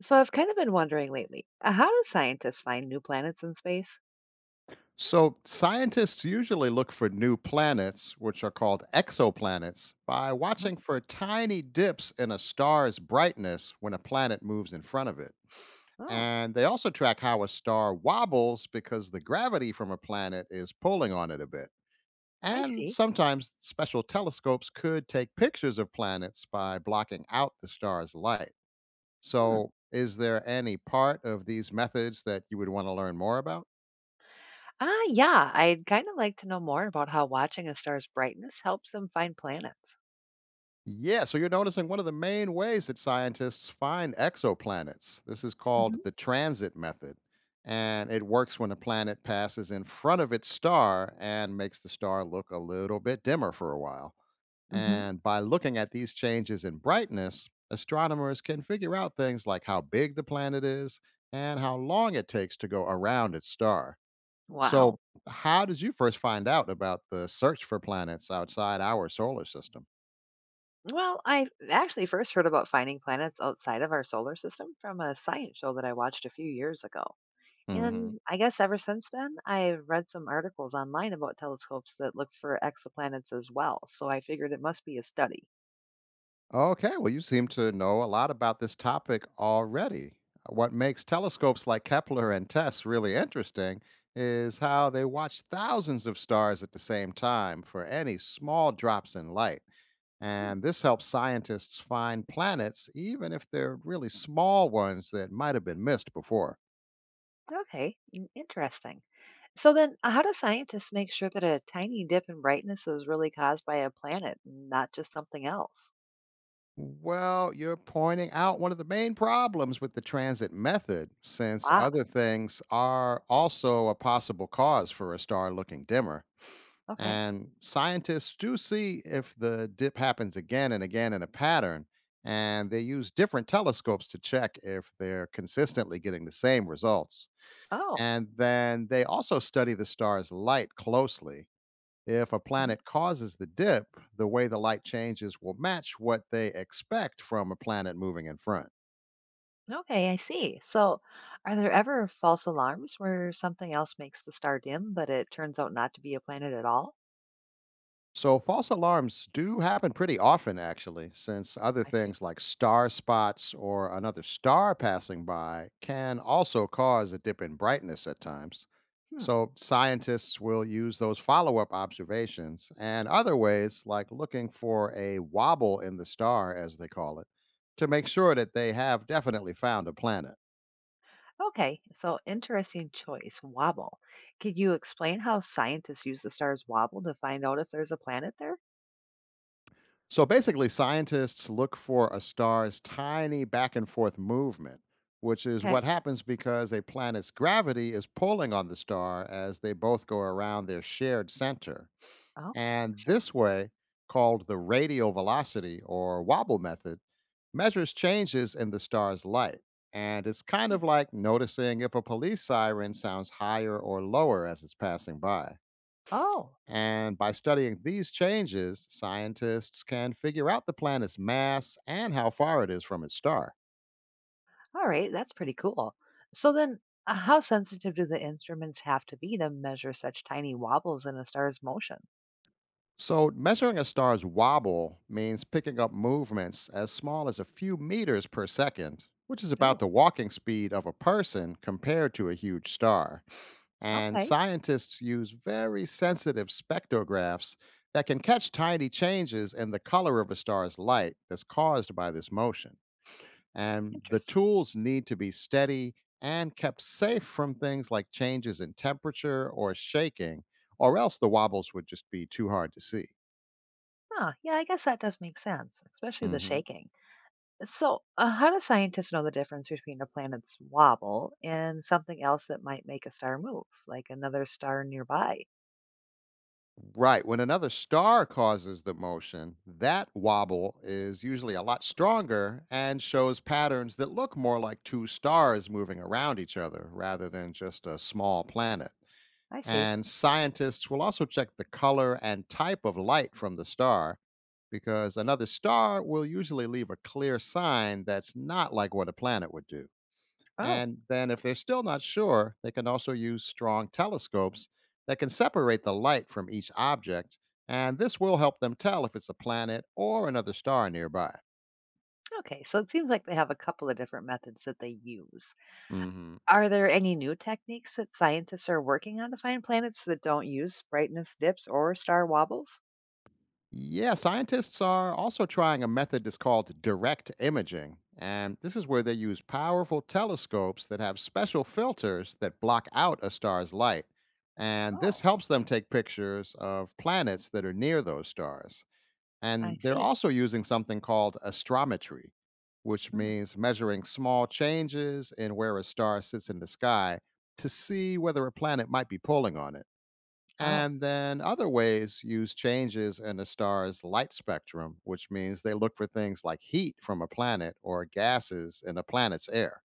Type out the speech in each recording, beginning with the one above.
So I've kind of been wondering lately, how do scientists find new planets in space? So, scientists usually look for new planets, which are called exoplanets, by Mhm. watching for tiny dips in a star's brightness when a planet moves in front of it. Oh, And they also track how a star wobbles because the gravity from a planet is pulling on it a bit. I And see. sometimes special telescopes could take pictures of planets by blocking out the star's light. Hmm. So, is there any part of these methods that you would want to learn more about? Ah, yeah, I'd kind of like to know more about how watching a star's brightness helps them find planets. Yeah, so you're noticing one of the main ways that scientists find exoplanets. This is called Hmm. the transit method, and it works when a planet passes in front of its star and makes the star look a little bit dimmer for a while. Hmm. And by looking at these changes in brightness, astronomers can figure out things like how big the planet is and how long it takes to go around its star. So, Wow. how did you first find out about the search for planets outside our solar system? Well, I actually first heard about finding planets outside of our solar system from a science show that I watched a few years ago. Hmm. And I guess ever since then, I've read some articles online about telescopes that look for exoplanets as well, so I figured it must be a study. Okay, well, you seem to know a lot about this topic already. What makes telescopes like Kepler and TESS really interesting is how they watch thousands of stars at the same time for any small drops in light. And this helps scientists find planets, even if they're really small ones that might have been missed before. Okay, interesting. So then, how do scientists make sure that a tiny dip in brightness is really caused by a planet, and not just something else? Well, you're pointing out one of the main problems with the transit method, since Ah, other things are also a possible cause for a star looking dimmer. okay. And scientists do see if the dip happens again and again in a pattern. And they use different telescopes to check if they're consistently getting the same results. Oh, And then they also study the star's light closely. If a mhm. planet causes the dip, the way the light changes will match what they expect from a planet moving in front. Okay, I see. So, are there ever false alarms where something else makes the star dim, but it turns out not to be a planet at all? So, false alarms do happen pretty often, actually, since other I see. things like star spots or another star passing by can also cause a dip in brightness at times. Hmm. So, scientists will use those follow up observations and other ways, like looking for a wobble in the star, as they call it, to make sure that they have definitely found a planet. Okay, so interesting choice, wobble. Could you explain how scientists use the star's wobble to find out if there's a planet there? So basically, scientists look for a star's tiny back and forth movement, which is Okay. what happens because a planet's gravity is pulling on the star as they both go around their shared center. Okay, And sure. this way, called the radial velocity or wobble method, measures changes in the star's light. And it's kind Hmm. of like noticing if a police siren sounds higher or lower as it's passing by. Oh, And by studying these changes, scientists can figure out the planet's mass and how far it is from its star. all right, that's pretty cool. So then, how sensitive do the instruments have to be to measure such tiny wobbles in a star's motion? So, measuring a star's wobble means picking up movements as small as a few meters per second, which is about Ooh, the walking speed of a person compared to a huge star. And okay, scientists use very sensitive spectrographs that can catch tiny changes in the color of a star's light that's caused by this motion, and the interesting. tools need to be steady and kept safe from things like changes in temperature or shaking, or else the wobbles would just be too hard to see. Huh, yeah, I guess that does make sense, especially the Hmm. shaking. So, how do scientists know the difference between a planet's wobble and something else that might make a star move, like another star nearby? Right. When another star causes the motion, that wobble is usually a lot stronger and shows patterns that look more like two stars moving around each other rather than just a small planet. I see. And scientists will also check the color and type of light from the star because another star will usually leave a clear sign that's not like what a planet would do. Oh, And then, if they're still not sure, they can also use strong telescopes that can separate the light from each object. And this will help them tell if it's a planet or another star nearby. okay. So it seems like they have a couple of different methods that they use. Mhm. Are there any new techniques that scientists are working on to find planets that don't use brightness dips or star wobbles? Yeah, scientists are also trying a method that's called direct imaging. And this is where they use powerful telescopes that have special filters that block out a star's light. And this Oh, helps them take pictures of planets that are near those stars. I And they're see. also using something called astrometry, which Mm. means measuring small changes in where a star sits in the sky to see whether a planet might be pulling on it. Oh, And then other ways use changes in a star's light spectrum, which means they look for things like heat from a planet or gases in a planet's air.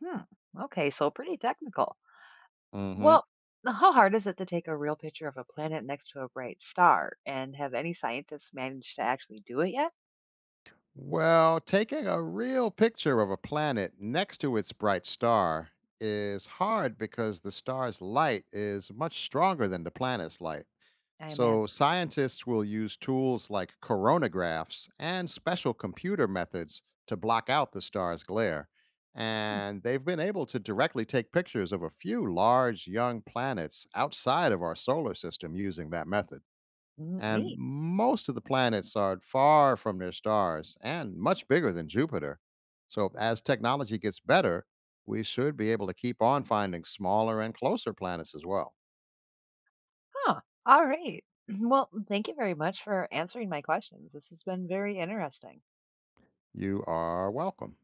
hmm. Okay, so pretty technical. Hmm. Well, how hard is it to take a real picture of a planet next to a bright star? And have any scientists managed to actually do it yet? Well, taking a real picture of a planet next to its bright star is hard because the star's light is much stronger than the planet's light. I So, imagine. scientists will use tools like coronagraphs and special computer methods to block out the star's glare. Hmm, And they've been able to directly take pictures of a few large young planets outside of our solar system using that method. And neat. most of the planets are far from their stars and much bigger than Jupiter. So, as technology gets better, we should be able to keep on finding smaller and closer planets as well. Huh. All right. Well, thank you very much for answering my questions. This has been very interesting. You are welcome.